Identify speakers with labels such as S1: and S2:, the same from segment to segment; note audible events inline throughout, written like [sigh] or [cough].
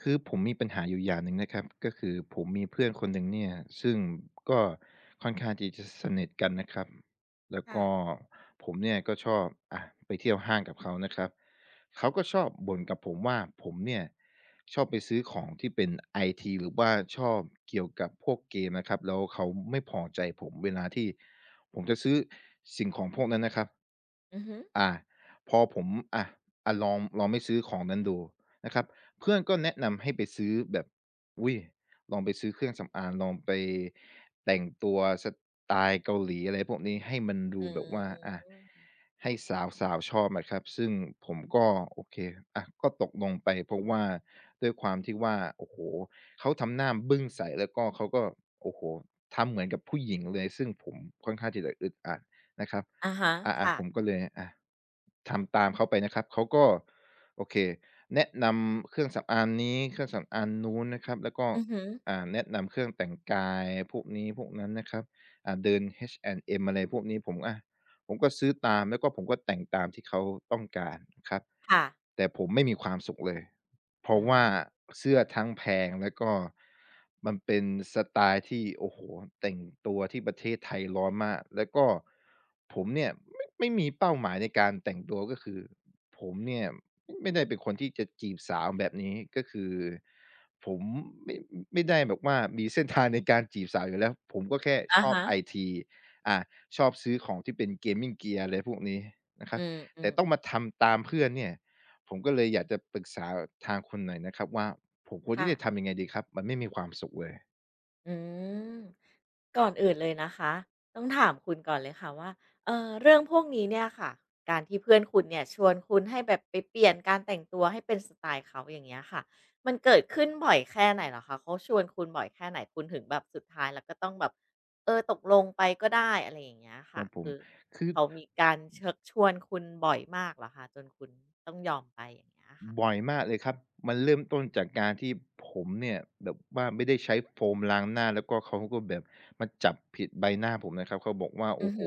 S1: คือผมมีปัญหาอยู่อย่างหนึ่งนะครับก็คือผมมีเพื่อนคนหนึ่งเนี่ยซึ่งก็ค่อนข้างที่จะสนิทกันนะครับแล้ว
S2: ค่ะ
S1: ก็ผมเนี่ยก็ชอบไปเที่ยวห้างกับเขานะครับเขาก็ชอบบ่นกับผมว่าผมเนี่ยชอบไปซื้อของที่เป็นไอทีหรือว่าชอบเกี่ยวกับพวกเกมนะครับแล้วเขาไม่พอใจผมเวลาที่ผมจะซื้อสิ่งของพวกนั้นนะครับ
S2: อือฮึ
S1: อ่าพอผมอ่าอะลองไม่ซื้อของนั้นดูนะครับ เพื่อนก็แนะนำให้ไปซื้อแบบอุ๊ยลองไปซื้อเครื่องสำอางลองไปแต่งตัวสไตล์เกาหลีอะไรพวกนี้ให้มันดู
S2: อื
S1: แบบว่า
S2: ม
S1: ให้สาวๆชอบนะครับซึ่งผมก็โอเคอะก็ตกลงไปเพราะว่าด้วยความที่ว่าโอ้โฮเขาทำหน้าบึ้งใส่แล้วก็เขาก็โอ้โฮทำเหมือนกับผู้หญิงเลยซึ่งผมค่อนข้างที่จะอึดอัดนะครับ
S2: อะฮะ
S1: อา
S2: ค่ะ
S1: ๆผมก็เลยอะทำตามเขาไปนะครับเขาก็โอเค แนะนำเครื่องสำอางนี้เครื่องสำอางนู้นนะครับแล้วก็
S2: อือฮึ
S1: แนะนำเครื่องแต่งกายพวกนี้พวกนั้นนะครับเดิน H&M อะไรพวกนี้ผมผมก็ซื้อตามแล้วก็ผมก็แต่งตามที่เขาต้องการครับ
S2: ค่ะ
S1: แต่ผมไม่มีความสุขเลย เพ
S2: อื
S1: ราะว่า
S2: ม
S1: เสื้อทั้งแพงแล้วก็มันเป็นสไตล์ที่โอ้โหแต่งตัวที่ประเทศไทยร้อนมากแล้วก็ผมเนี่ยไม่มีเป้าหมายในการแต่งตัวก็คือผมเนี่ยไม่ได้เป็นคนที่จะจีบสาวแบบนี้ก็คือผมไม่ไม่ได้แบบว่ามีเส้นทางในการจีบสาวอยู่แล้วผมก็แค่ช
S2: อะ
S1: อบ
S2: ฮะ
S1: ไอทีอ่าชอบซื้อของที่เป็น Gaming Gear อะไรพวกนี้นะครั
S2: อื
S1: บแต่
S2: อ
S1: ต้องมา
S2: ๆๆ
S1: ทำตามเพื่อนเนี่ย ผมก็เลยอยากจะปรึกษาทางคุณหน่อยนะครับว่าผมควร
S2: ค่ะ
S1: ที่จะทำยังไงดีครับมันไม่มีความสุขเลย
S2: อืมก่อนอื่นเลยนะคะต้องถามคุณก่อนเลยค่ะว่าเรื่องพวกนี้เนี่ยค่ะการที่เพื่อนคุณเนี่ยชวนคุณให้แบบไปเปลี่ยนการแต่งตัวให้เป็นสไตล์เขาอย่างเงี้ยค่ะมันเกิดขึ้นบ่อยแค่ไหนเหรอคะเขาชวนคุณบ่อยแค่ไหนคุณถึงแบบสุดท้ายแล้วก็ต้องแบบเออตกลงไปก็ได้อะไรอย่างเงี้ย
S1: ค
S2: ค่ะ
S1: รับผม
S2: คือ
S1: คือ
S2: เขามีการเชิกชวนคุณบ่อยมากเหรอคะจนคุณต้องยอมไปอย่างเงี้ยค่ะ
S1: บ่อยมากเลยครับ มันเริ่มต้นจากการที่ผมเนี่ยแบบว่าไม่ได้ใช้โฟมล้างหน้าแล้วก็เขาก็แบบมาจับผิดใบหน้าผมนะครับ เขาบอกว่า
S2: อื
S1: โอ้
S2: อ
S1: โฮ
S2: ฮึ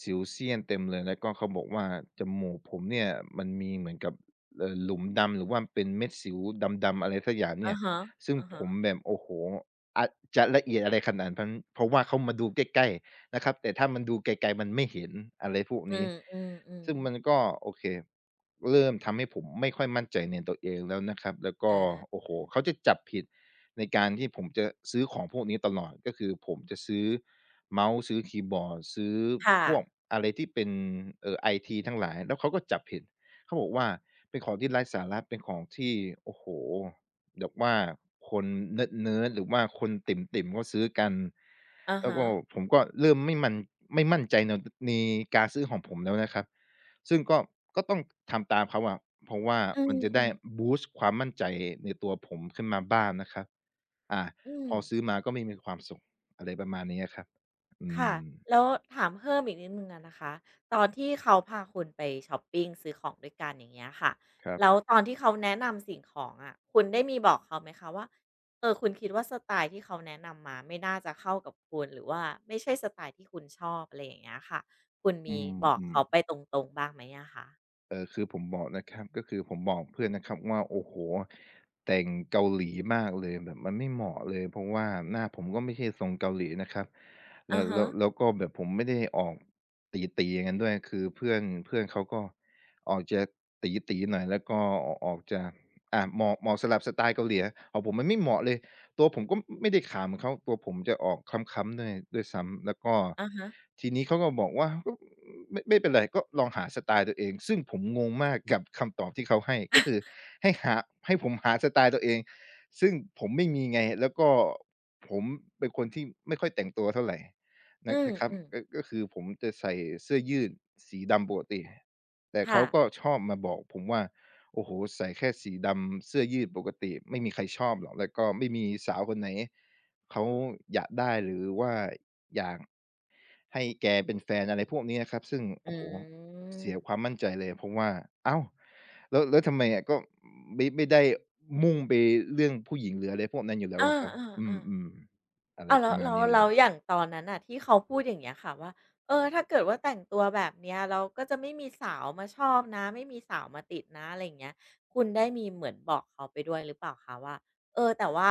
S1: สิวเซียนเต็มเลยแล้วก็เขาบอกว่าจมูกผมเนี่ยมันมีเหมือนกับหลุมดำหรือว่าเป็นเม็ดสิวดำๆอะไรสักอย่าง
S2: อา
S1: เนี่ย
S2: ฮะ
S1: ซึ่ง
S2: อ่า
S1: ผ
S2: ฮะ
S1: มแบบโอ้โฮอะจะละเอียดอะไรขนาดนั้นเพราะว่าเขามาดูใกล้ๆ นะครับแต่ถ้ามันดูไกลๆมันไม่เห็นอะไรพวก
S2: ๆอื
S1: นี้
S2: ม
S1: ซึ่ง
S2: ๆๆ
S1: มันก็โอเคเริ่มทำให้ผมไม่ค่อยมั่นใจในตัวเองแล้วนะครับแล้ว
S2: อ
S1: ก็
S2: า
S1: โอ้โฮเขาจะจับผิดในการที่ผมจะซื้อของพวกนี้ตลอดก็คือผมจะซื้อเมาส์ซื้อคีย์บอร์ดซื้อ
S2: ค่ะ
S1: พวกอะไรที่เป็นไอทีทั้งหลายแล้วเขาก็จับผิดเขาบอกว่าเป็นของที่ไร้สาระเป็นของที่โอ้โฮ แบบว่าคนเนิร์ดๆหรือว่าคนติ่มๆก็ซื้อกัน
S2: อะ
S1: แล้ว
S2: ฮะ
S1: ก็ผมก็เริ่มไม่มั่นใจในการซื้อของผมแล้วนะครับซึ่งก็ต้องทำตามเขาอะเพราะว่า
S2: อื
S1: มันจะได้
S2: มๆ
S1: บูสต์ความมั่นใจในตัวผมขึ้นมาบ้างนะครับอา
S2: อื
S1: พ
S2: ม
S1: อซื้อมาก็ไม่มีความสุขอะไรประมาณนี้อะครับอื
S2: ค่ะ
S1: ม
S2: แล้วถามเพิ่มอีกนิดหนึ่งอะนะคะตอนที่เขาพาคุณไปชอปปิงซื้อของด้วยกันอย่างเงี้ยค่ะ
S1: ครั
S2: แล้ว
S1: บ
S2: ตอนที่เขาแนะนำสิ่งของอะคุณได้มีบอกเขาไหมคะว่าเออคุณคิดว่าสไตล์ที่เขาแนะนำมาไม่น่าจะเข้ากับคุณหรือว่าไม่ใช่สไตล์ที่คุณชอบอะไรอย่างเงี้ยค่ะคุณ
S1: อื
S2: มีบอก
S1: ม
S2: เขาไป
S1: ๆ
S2: ตรงๆบ้างไหมอะคะ
S1: คือผมบอกนะครับก็คือผมบอกเพื่อนนะครับว่าโอ้โหแต่งเกาหลีมากเลยแบบมันไม่เหมาะเลยเพราะว่าหน้าผมก็ไม่ใช่ทรงเกาหลีนะครับ
S2: อะ
S1: แล้ว
S2: ฮะ
S1: แล้วแล้วก็แบบผมไม่ได้ออกตี๋ๆอย่างนั้นด้วยคือเพื่อนเพื่อนเขาก็ออกจะตี๋ๆหน่อยแล้วก็ออกจะเหมาะสลับสไตล์เกาหลีของผมมันไม่เหมาะเลย ตัวผมก็ไม่ได้ขาวเหมือนเขาตัวผมจะออกคล้ำๆด้วยซ้ำแล้วก็
S2: อะฮะ
S1: ทีนี้เขาก็บอกว่าก็ไม่เป็นไรก็ลองหาสไตล์ตัวเองซึ่งผมงงมากกับคำตอบที่เขาให้ก็คือ
S2: [laughs]
S1: ให้หาให้ผมหาสไตล์ตัวเองซึ่งผมไม่มีไงแล้วก็ผมเป็นคนที่ไม่ค่อยแต่งตัวเท่าไร
S2: อื
S1: นะครับ
S2: ม
S1: ก็
S2: ๆ
S1: ก็คือผมจะใส่เสื้อยืดสีดำปกติแต่เขา
S2: ค่ะ
S1: ก็ชอบมาบอกผมว่า โอ้โฮใส่แค่สีดำเสื้อยืดปกติไม่มีใครชอบหรอกแล้วก็ไม่มีสาวคนไหนเขาอยากได้หรือว่าอยากให้แกเป็นแฟนอะไรพวกนี้อะครับซึ่ง
S2: อื
S1: โอ้โฮเสียควา
S2: ม
S1: มมั่นใจเลยเพราะว่าอ้าวแล้วทำไมอะก็ไม่ได้มุ่งไปเรื่องผู้หญิงหรืออะไรพวกนั้นอยู่แล้
S2: อ
S1: วอะครับอื
S2: าๆ
S1: ม
S2: ๆ
S1: ๆอะไร
S2: อ้าว
S1: ป
S2: แล้
S1: ระ
S2: ว
S1: มาณ
S2: แล้ว
S1: นี้เลย
S2: แล้วอย่างตอนนั้นน่ะที่เขาพูดอย่างเงี้ยค่ะว่าเออถ้าเกิดว่าแต่งตัวแบบเนี้ยเราก็จะไม่มีสาวมาชอบนะไม่มีสาวมาติดนะอะไรอย่างเงี้ยคุณได้มีเหมือนบอกเขาไปด้วยหรือเปล่าคะว่า เออแต่ว่า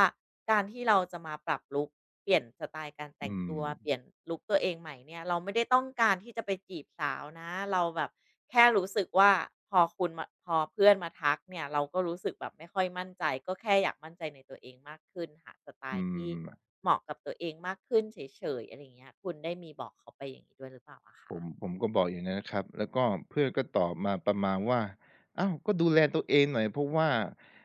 S2: การที่เราจะมาปรับลุกเปลี่ยนสไตล์การแต่
S1: อื
S2: งตั
S1: ม
S2: วเปลี่ยนลุกตัวเองใหม่เนี่ยเราไม่ได้ต้องการที่จะไปจีบสาวนะเราแบบแค่รู้สึกว่าพอคุณมาพอเพื่อนมาทักเนี่ยเราก็รู้สึกแบบไม่ค่อยมั่นใจก็แค่อยากมั่นใจในตัวเองมากขึ้นหาสไต
S1: อื
S2: ล์ที่
S1: ม
S2: เหมาะกับตัวเองมากขึ้นเฉยๆอะไรอย่างเงี้ยคุณได้มีบอกเขาไปอย่างนี้ด้วยหรือเปล่าอะ
S1: ผ
S2: คะ
S1: มผมก็บอกอย่างนั้นนะครับแล้วก็เพื่อนก็ตอบมาประมาณว่าอ้าวก็ดูแลตัวเองหน่อยเพราะว่า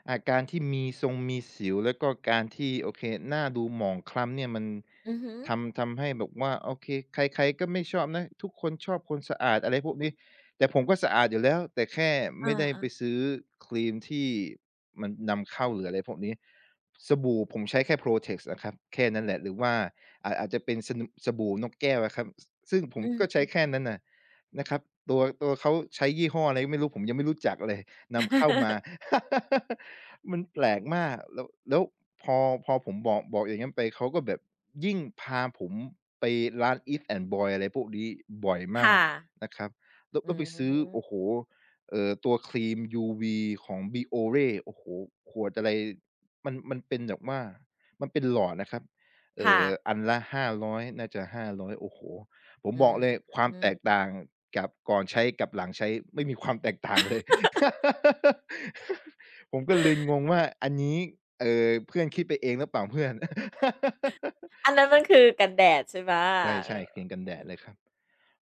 S1: อาการที่มีทรงมีสิวแล้วก็การที่โอเคหน้าดูหมองคล้ำเนี่ยมัน
S2: อือฮึ
S1: ทำให้แบบว่าโอเคใครๆก็ไม่ชอบนะทุกคนชอบคนสะอาดอะไรพวกนี้แต่ผมก็สะอาดอยู่แล้วแต่แค่
S2: อา
S1: ไม่ได้ไป
S2: ๆ
S1: ซื้อครีมที่มันนำเข้าหรืออะไรพวกนี้สบู่ผมใช้แค่ Protex อะครับแค่นั้นแหละหรือว่า อาจจะเป็นสนุสบู่นกแก้วอะครับซซึ่งผม
S2: อื
S1: ก็ใช้
S2: ม
S1: แค่นั้นน่ะนะครับตัวเขาใช้ยี่ห้ออะไรก็ไม่รู้ผมยังไม่รู้จักเลยนำเข้ามา
S2: [laughs] ๆ
S1: [laughs] มันแปลกมากแล้วพอพอผมบอกอย่างงั้นไปเขาก็แบบยิ่งพาผมไปร้าน Eat and Boy อะไรพวกนี้บ่อยมาก
S2: ค่ะ
S1: นะครับแล้ว
S2: อื
S1: แล้วไปซื้อโอ้โฮ
S2: ม
S1: ตัวครีม UV ของ Biore โอ้โฮขวดอะไรมันเป็นแบบว่ามันเป็นหลอดนะครับ
S2: ค่ะ
S1: อันละ500น่าจะห้าร้อยโอ้โฮผมบอก
S2: อื
S1: เลยความแตก
S2: ม
S1: ต่างกับก่อนใช้กับหลังใช้ไม่มีความแตกต่างเลย [laughs] ผมก็เลยงงว่าอันนี้เพื่อนคิดไปเองหรือเปล่าเพื่อน [laughs]
S2: อันนั้นมันคือกันแดดใช่ไหม
S1: ใ
S2: เอ
S1: ช่
S2: อ
S1: ๆครีมกันแด
S2: อื
S1: ด
S2: ม
S1: เลยครับ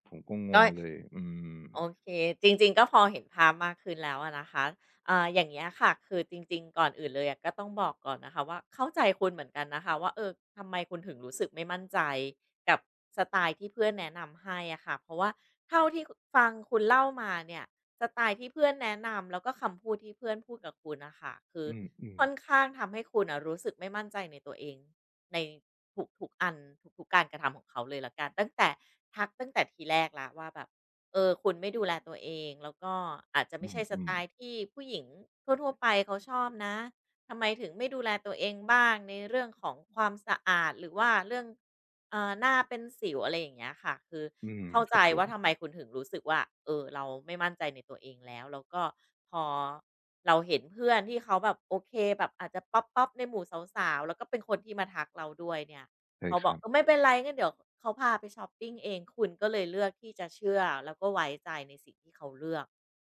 S1: ผมก็ง
S2: ก็
S1: งเลยอืม
S2: โอเคจริงๆก็พอเห็นภาพมากขึ้นแล้วอะนะคะอย่างเงี้ยค่ะคือจริงๆก่อนอื่นเลยอะก็ต้องบอกก่อนนะคะว่าเข้าใจคุณเหมือนกันนะคะว่าเออทำไมคุณถึงรู้สึกไม่มั่นใจกับสไตล์ที่เพื่อนแนะนำให้อะค่ะเพราะว่าเท่าที่คฟังคุณเล่ามาเนี่ยสไตล์ที่เพื่อนแนะนำแล้วก็คำพูดที่เพื่อนพูดกับคุณน่ะค่ะคือ
S1: อืม
S2: ค่อ
S1: ๆ
S2: นข้างทำให้คุณน่ะรู้สึกไม่มั่นใจในตัวเองในทุกๆอันทุกๆการกระทำของเขาเลยแล้วกันตั้งแต่ทักตั้งแต่ทีแรกแล้วว่าแบบ เออคุณไม่ดูแลตัวเองแล้วก็อาจจะ
S1: อ
S2: ไม่ใช่ส
S1: ื
S2: ไต
S1: ม
S2: ล์
S1: ๆ
S2: ที่ผู้หญิงทั่วๆไปเขาชอบนะทำไมถึงไม่ดูแลตัวเองบ้างในเรื่องของความสะอาดหรือว่าเรื่องหน้าเป็นสิวอะไรอย่างเงี้ยค่ะคือ
S1: อืม
S2: เข้า
S1: ค
S2: ใจ
S1: รับผม
S2: ว่าทำไมคุณถึงรู้สึกว่าเออเราไม่มั่นใจในตัวเองแล้วแล้วก็พอเราเห็นเพื่อนที่เขาแบบโอเคแบบอาจจะป๊อปๆในหมู่สาวๆแล้วก็เป็นคนที่มาทักเราด้วยเนี่ย
S1: ใช่
S2: เขา
S1: ค
S2: บอก
S1: รับ
S2: เออไม่เป็นไรงั้นเดี๋ยวเขาพาไปชอปปิงเองคุณก็เลยเลือกที่จะเชื่อแล้วก็ไว้ใจในสิ่งที่เขาเลือก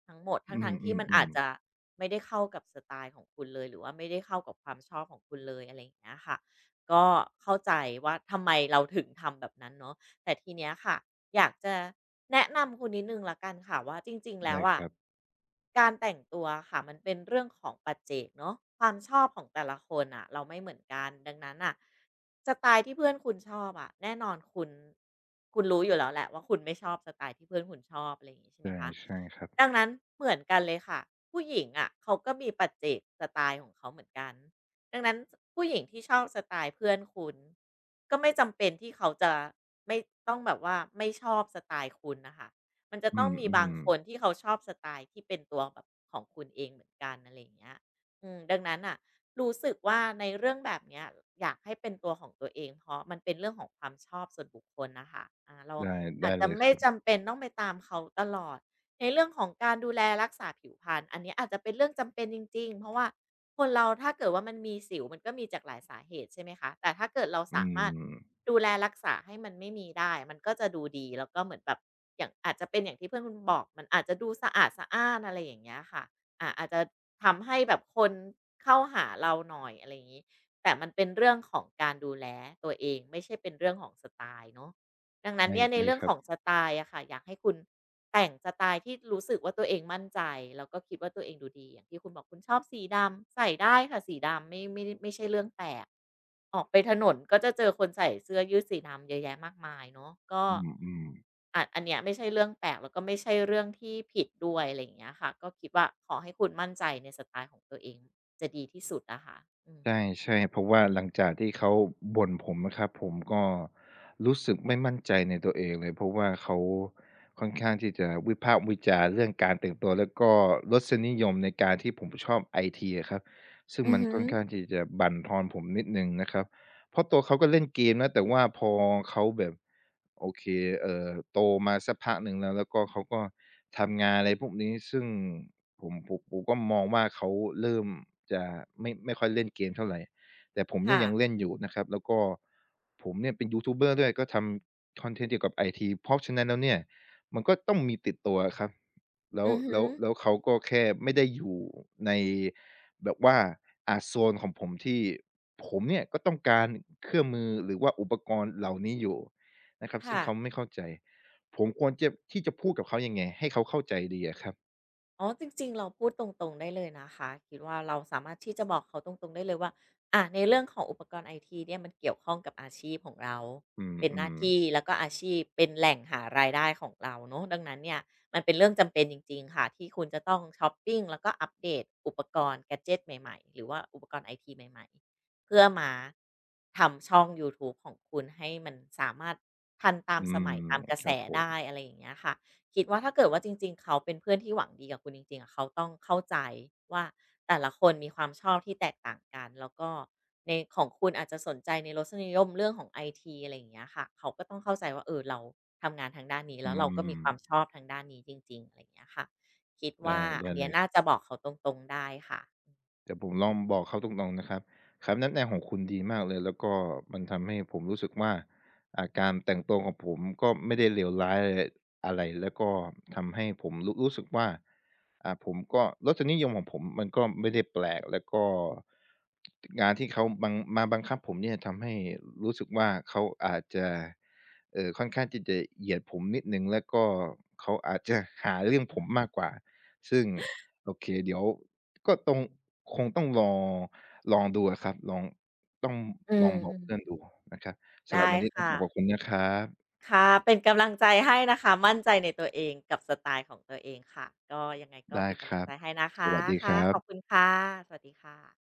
S2: ทั้งหมด
S1: อื
S2: ทั้งๆที่มันอา
S1: ม
S2: จ
S1: ๆ
S2: จะ
S1: ๆ
S2: ไม่ได้เข้ากับสไตล์ของคุณเลยหรือว่าไม่ได้เข้ากับความชอบของคุณเลยอะไรอย่างเงี้ยค่ะก็เข้าใจว่าทำไมเราถึงทำแบบนั้นเนาะ แต่ทีเนี้ยค่ะอยากจะแนะนำคุณนิดหนึ่งละกันค่ะว่าจริงๆแล้
S1: ได้
S2: ว
S1: ค
S2: อะ
S1: รับ
S2: การแต่งตัวค่ะมันเป็นเรื่องของปัจเจกเนาะความชอบของแต่ละคนอ่ะเราไม่เหมือนกันดังนั้นอ่ะสไตล์ที่เพื่อนคุณชอบอะแน่นอนคุณรู้อยู่แล้วแหละว่าคุณไม่ชอบสไตล์ที่เพื่อนคุณชอบอะไรอย่างงี้ใช่ไหม
S1: ใช่
S2: คะ
S1: ใช่ครับ
S2: ดังนั้นเหมือนกันเลยค่ะผู้หญิงอะเขาก็มีปัจเจกสไตล์ของเขาเหมือนกันดังนั้นผู้หญิงที่ชอบสไตล์เพื่อนคุณ ก็ไม่จำเป็นที่เขาจะไม่ต้องแบบว่าไม่ชอบสไตล์คุณนะคะ มันจะ
S1: อื
S2: ต้องมีบาง
S1: ม
S2: คนที่เขาชอบสไตล์ที่เป็นตัวแบบของคุณเองเหมือนกันอะไรอย่างเงี้ยดังนั้นอ่ะรู้สึกว่าในเรื่องแบบเนี้ยอยากให้เป็นตัวของตัวเองเพราะมันเป็นเรื่องของความชอบส่วนบุคคลนะคะเรา
S1: ๆได้
S2: อา
S1: ได้
S2: จจะ
S1: เลยค
S2: ไม่
S1: รับ
S2: จำเป็นต้องไปตามเขาตลอดในเรื่องของการดูแลรักษาผิวพรรณอันนี้อาจจะเป็นเรื่องจำเป็นจริงๆเพราะว่า คนเราถ้าเกิดว่ามันมีสิวมันก็มีจากหลายสาเหตุใช่ไหมคะแต่ถ้าเกิดเรา
S1: อื
S2: สามารถ
S1: ม
S2: ดูแลรักษาให้มันไม่มีได้มันก็จะดูดีแล้วก็เหมือนแบบอย่างอาจจะเป็นอย่างที่เพื่อนคุณบอกมันอาจจะดูสะอาดสะอ้านอะไรอย่างเงี้ยค่ะอาจจะทำให้แบบคนเข้าหาเราหน่อยอะไรอย่างงี้แต่มันเป็นเรื่องของการดูแลตัวเองไม่ใช่เป็นเรื่องของสไตล์เนาะ ดังนั้นเนี่ยใน
S1: ใช่
S2: เรื่อ
S1: ๆ
S2: ง
S1: ครั
S2: ของ
S1: บ
S2: สไตล์อะค่ะอยากให้คุณแต่งสไตล์ที่รู้สึกว่าตัวเองมั่นใจแล้วก็คิดว่าตัวเองดูดีอย่างที่คุณบอกคุณชอบสีดำใส่ได้ค่ะสีดำไม่ไม่ใช่เรื่องแปลกออกไปถนนก็จะเจอคนใส่เสื้อยืดสีดำเยอะแยะมากมายเนาะก็
S1: อืมๆ
S2: อันเนี้ยไม่ใช่เรื่องแปลกแล้วก็ไม่ใช่เรื่องที่ผิดด้วยอะไรอย่างเงี้ยค่ะก็คิดว่าขอให้คุณมั่นใจในสไตล์ของตัวเองจะดีที่สุดอะค่ะอืม
S1: ใช่ใช่เพราะว่าหลังจากที่เขาบ่นผมนะครับผมก็รู้สึกไม่มั่นใจในตัวเองเลยเพราะว่าเขาค่อนข้างที่จะวิพากษ์วิจารณ์เรื่องการแต่งตัวแล้วก็รสนิยมในการที่ผมชอบไอทีครับซึ่ง
S2: อือ
S1: มัน
S2: ฮึ
S1: ค่อนข้างที่จะบั่นทอนผมนิดหนึ่งนะครับเพราะตัวเขาก็เล่นเกมนะแต่ว่าพอเขาแบบโอเคเอ่อโตมาสักพักหนึ่งแล้วก็เขาก็ทำงานอะไรพวกนี้ซึ่ง ผมก็มองว่าเขาเริ่มจะไม่ค่อยเล่นเกมเท่าไรแต่ผมเนี่
S2: ค่ะ
S1: ยยังเล่นอยู่นะครับแล้วก็ผมเนี่ยเป็นยูทูบเบอร์ด้วยก็ทำคอนเทนต์เกี่ยวกับไอทีเพราะฉะนั้นแล้วเนี่ยมันก็ต้องมีติดตัวอะครับแล้ว
S2: อือฮึ
S1: แล้วแล้วเขาก็แค่ไม่ได้อยู่ในแบบว่าโซนของผมที่ผมเนี่ยก็ต้องการเครื่องมือหรือว่าอุปกรณ์เหล่านี้อยู่นะครับซึ่
S2: ค่ะ
S1: งเขาไม่เข้าใจผมควรจะที่จะพูดกับเขายังไงให้เขาเข้าใจดีอะครับ
S2: อ๋อจริงๆเราพูดตรงๆได้เลยนะคะคิดว่าเราสามารถที่จะบอกเขาตรงๆได้เลยว่าในเรื่องของอุปกรณ์ไอทีเนี่ยมันเกี่ยวข้องกับอาชีพของเรา
S1: อื
S2: เป็นหน้า
S1: ม
S2: ที่
S1: ๆ
S2: แล้วก็อาชีพเป็นแหล่งหารายได้ของเราเนาะดังนั้นเนี่ยมันเป็นเรื่องจำเป็นจริงๆค่ะที่คุณจะต้องชอปปิงแล้วก็อัปเดตอุปกรณ์แกดเจตใหม่ๆหรือว่าอุปกรณ์ไอทีใหม่ๆเพื่อมาทำช่องยูทูบของคุณให้มันสามารถทันตาม
S1: อื
S2: สมั
S1: ม
S2: ยตามกระ
S1: ค
S2: แส
S1: รับผม
S2: ได้อะไรอย่างเงี้ยค่ะ คิดว่าถ้าเกิดว่าจริงๆ เขาเป็นเพื่อนที่หวังดีกับคุณจริงๆอะเขาต้องเข้าใจว่าแต่ละคนมีความชอบที่แตกต่างกันแล้วก็ในของคุณอาจจะสนใจในรสนิยมเรื่องของไอทีอะไรอย่างเงี้ยค่ะเขาก็ต้องเข้าใจว่าเออเราทำงานทางด้านนี้
S1: อื
S2: แล้วเราก็มี
S1: ม
S2: ความชอบทางด้านนี้จริงๆอะไรอย่างเงี้ยค่ะคิด
S1: ได้
S2: ว่าอั
S1: ได้
S2: น
S1: เล
S2: เนี้ยน่าจะบอกเขาตรงๆได้ค่ะ
S1: แต่ผมลองบอกเขาตรงๆนะครับคำแนะนำของคุณดีมากเลยแล้วก็มันทำให้ผมรู้สึกว่าอาการแต่งตัวของผมก็ไม่ได้เลวร้ายอะไรอะไรแล้วก็ทำให้ผมรู้สึกว่าผมก็รสนิยมของผมมันก็ไม่ได้แปลกแล้วก็งานที่เขาบังคับผมเนี่ยทำให้รู้สึกว่าเขาอาจจะค่อนข้างที่จะเหยียดผมนิดนึงแล้วก็เขาอาจจะหาเรื่องผมมากกว่า ซึ่ง โอเคเดี๋ยวก็ต้องคงต้องลองดูอะครับต้อง
S2: อื
S1: ลองบอกเพื่อน
S2: ม
S1: ดูนะครับ
S2: ๆ
S1: สำหรับ
S2: ได้
S1: วันนี้ต้อง
S2: ค่ะ
S1: ขอบคุณนะครับ
S2: ค่ะเป็นกำลังใจให้นะคะมั่นใจในตัวเองกับสไตล์ของตัวเองค่ะก็ยังไงก็
S1: ได้
S2: เป็น
S1: ค
S2: กำลัง
S1: รับ
S2: ใจให้นะ
S1: ส
S2: คะ
S1: วัสดีค
S2: ค่ะ
S1: รั
S2: ข
S1: บ
S2: อบคุณค่ะสวัสดีค่ะ